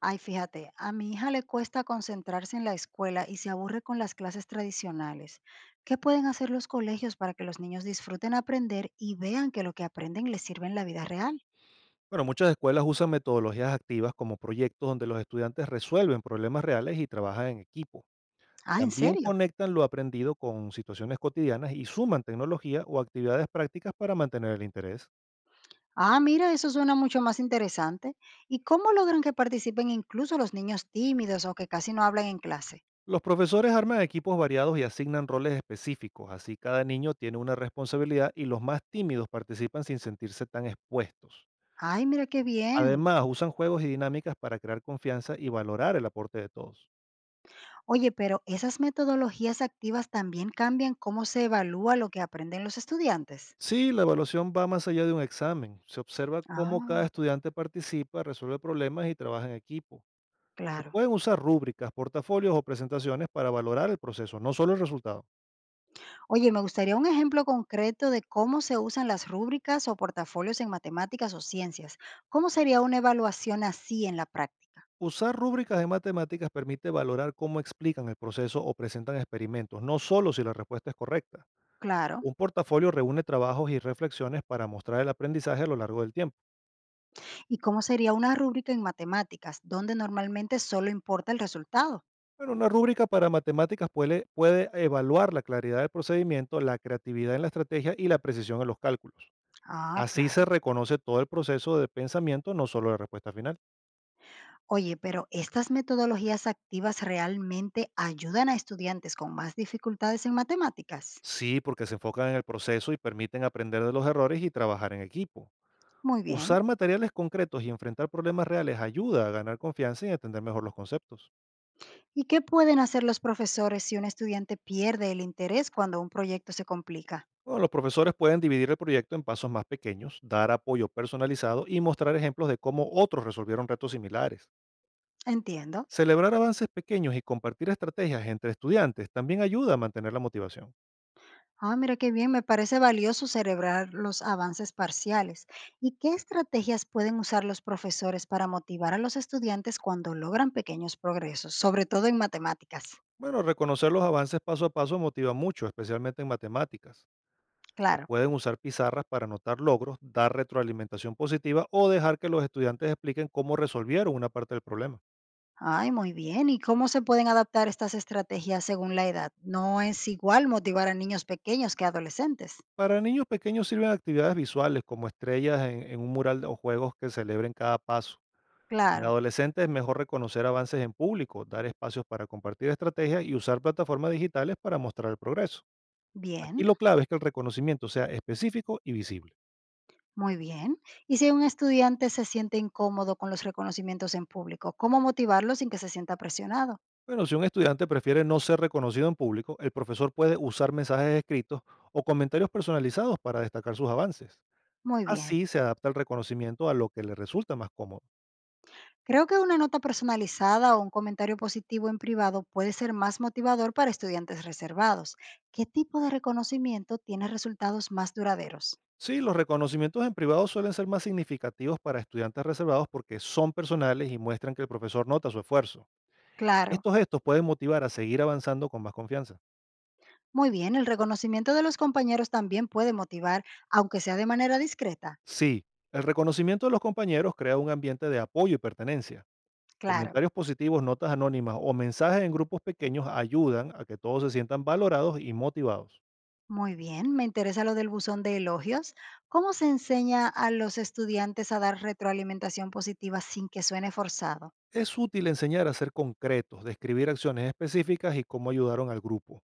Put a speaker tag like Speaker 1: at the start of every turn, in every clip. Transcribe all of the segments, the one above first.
Speaker 1: Ay, fíjate, a mi hija le cuesta concentrarse en la escuela y se aburre con las clases tradicionales. ¿Qué pueden hacer los colegios para que los niños disfruten aprender y vean que lo que aprenden les sirve en la vida real?
Speaker 2: Bueno, muchas escuelas usan metodologías activas como proyectos donde los estudiantes resuelven problemas reales y trabajan en equipo.
Speaker 1: Ah, ¿en
Speaker 2: También
Speaker 1: serio?
Speaker 2: conectan lo aprendido con situaciones cotidianas y suman tecnología o actividades prácticas para mantener el interés.
Speaker 1: Ah, mira, eso suena mucho más interesante. ¿Y cómo logran que participen incluso los niños tímidos o que casi no hablan en clase?
Speaker 2: Los profesores arman equipos variados y asignan roles específicos, así cada niño tiene una responsabilidad y los más tímidos participan sin sentirse tan expuestos.
Speaker 1: Ay, mira qué bien.
Speaker 2: Además, usan juegos y dinámicas para crear confianza y valorar el aporte de todos.
Speaker 1: Oye, pero esas metodologías activas también cambian cómo se evalúa lo que aprenden los estudiantes.
Speaker 2: Sí, la evaluación va más allá de un examen. Se observa cómo
Speaker 1: Ah,
Speaker 2: cada estudiante participa, resuelve problemas y trabaja en equipo. Se
Speaker 1: claro.
Speaker 2: pueden usar rúbricas, portafolios o presentaciones para valorar el proceso, no solo el resultado.
Speaker 1: Oye, me gustaría un ejemplo concreto de cómo se usan las rúbricas o portafolios en matemáticas o ciencias. ¿Cómo sería una evaluación así en la práctica?
Speaker 2: Usar rúbricas de matemáticas permite valorar cómo explican el proceso o presentan experimentos, no solo si la respuesta es correcta.
Speaker 1: Claro.
Speaker 2: Un portafolio reúne trabajos y reflexiones para mostrar el aprendizaje a lo largo del tiempo.
Speaker 1: ¿Y cómo sería una rúbrica en matemáticas, donde normalmente solo importa el resultado?
Speaker 2: Bueno, una rúbrica para matemáticas puede evaluar la claridad del procedimiento, la creatividad en la estrategia y la precisión en los cálculos.
Speaker 1: Ah,
Speaker 2: Así se
Speaker 1: claro.
Speaker 2: reconoce todo el proceso de pensamiento, no solo la respuesta final.
Speaker 1: Oye, pero ¿estas metodologías activas realmente ayudan a estudiantes con más dificultades en matemáticas?
Speaker 2: Sí, porque se enfocan en el proceso y permiten aprender de los errores y trabajar en equipo.
Speaker 1: Muy bien.
Speaker 2: Usar materiales concretos y enfrentar problemas reales ayuda a ganar confianza y entender mejor los conceptos.
Speaker 1: ¿Y qué pueden hacer los profesores si un estudiante pierde el interés cuando un proyecto se complica?
Speaker 2: Bueno, los profesores pueden dividir el proyecto en pasos más pequeños, dar apoyo personalizado y mostrar ejemplos de cómo otros resolvieron retos similares.
Speaker 1: Entiendo.
Speaker 2: Celebrar avances pequeños y compartir estrategias entre estudiantes también ayuda a mantener la motivación.
Speaker 1: Ah, mira qué bien, me parece valioso celebrar los avances parciales. ¿Y qué estrategias pueden usar los profesores para motivar a los estudiantes cuando logran pequeños progresos, sobre todo en matemáticas?
Speaker 2: Bueno, reconocer los avances paso a paso motiva mucho, especialmente en matemáticas. Se
Speaker 1: Claro.
Speaker 2: pueden usar pizarras para anotar logros, dar retroalimentación positiva o dejar que los estudiantes expliquen cómo resolvieron una parte del problema.
Speaker 1: Ay, muy bien. ¿Y cómo se pueden adaptar estas estrategias según la edad? No es igual motivar a niños pequeños que a adolescentes.
Speaker 2: Para niños pequeños sirven actividades visuales como estrellas en un mural o juegos que celebren cada paso. En
Speaker 1: Claro.
Speaker 2: adolescentes es mejor reconocer avances en público, dar espacios para compartir estrategias y usar plataformas digitales para mostrar el progreso. Aquí
Speaker 1: Bien,
Speaker 2: lo clave es que el reconocimiento sea específico y visible.
Speaker 1: muy bien. ¿Y si un estudiante se siente incómodo con los reconocimientos en público, cómo motivarlo sin que se sienta presionado?
Speaker 2: Bueno, si un estudiante prefiere no ser reconocido en público, el profesor puede usar mensajes escritos o comentarios personalizados para destacar sus avances.
Speaker 1: Muy bien.
Speaker 2: Así se adapta el reconocimiento a lo que le resulta más cómodo.
Speaker 1: Creo que una nota personalizada o un comentario positivo en privado puede ser más motivador para estudiantes reservados. ¿Qué tipo de reconocimiento tiene resultados más duraderos?
Speaker 2: Sí, los reconocimientos en privado suelen ser más significativos para estudiantes reservados porque son personales y muestran que el profesor nota su esfuerzo.
Speaker 1: Claro.
Speaker 2: Estos gestos pueden motivar a seguir avanzando con más confianza.
Speaker 1: Muy bien, el reconocimiento de los compañeros también puede motivar, aunque sea de manera discreta.
Speaker 2: Sí, el reconocimiento de los compañeros crea un ambiente de apoyo y pertenencia.
Speaker 1: Claro.
Speaker 2: Comentarios positivos, notas anónimas o mensajes en grupos pequeños ayudan a que todos se sientan valorados y motivados.
Speaker 1: Muy bien, me interesa lo del buzón de elogios. ¿Cómo se enseña a los estudiantes a dar retroalimentación positiva sin que suene forzado?
Speaker 2: Es útil enseñar a ser concretos, describir acciones específicas y cómo ayudaron al grupo.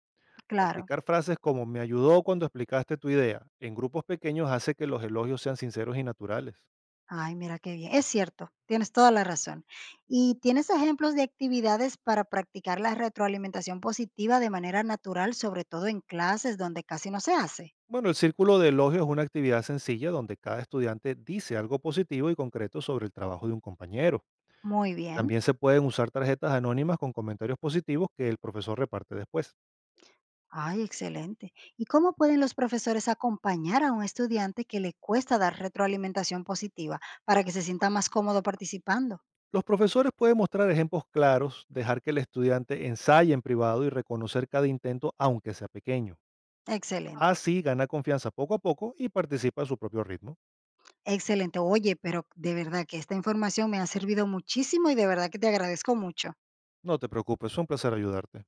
Speaker 1: Claro.
Speaker 2: Practicar frases como "me ayudó cuando explicaste tu idea" en grupos pequeños hace que los elogios sean sinceros y naturales.
Speaker 1: Ay, mira qué bien. Es cierto, tienes toda la razón. ¿Y tienes ejemplos de actividades para practicar la retroalimentación positiva de manera natural, sobre todo en clases donde casi no se hace?
Speaker 2: Bueno, el círculo de elogios es una actividad sencilla donde cada estudiante dice algo positivo y concreto sobre el trabajo de un compañero.
Speaker 1: Muy bien.
Speaker 2: También se pueden usar tarjetas anónimas con comentarios positivos que el profesor reparte después.
Speaker 1: Ay, excelente. ¿Y cómo pueden los profesores acompañar a un estudiante que le cuesta dar retroalimentación positiva para que se sienta más cómodo participando?
Speaker 2: Los profesores pueden mostrar ejemplos claros, dejar que el estudiante ensaye en privado y reconocer cada intento aunque sea pequeño.
Speaker 1: Excelente.
Speaker 2: Así gana confianza poco a poco y participa a su propio ritmo.
Speaker 1: Excelente. Oye, pero de verdad que esta información me ha servido muchísimo y de verdad que te agradezco mucho.
Speaker 2: No te preocupes, fue un placer ayudarte.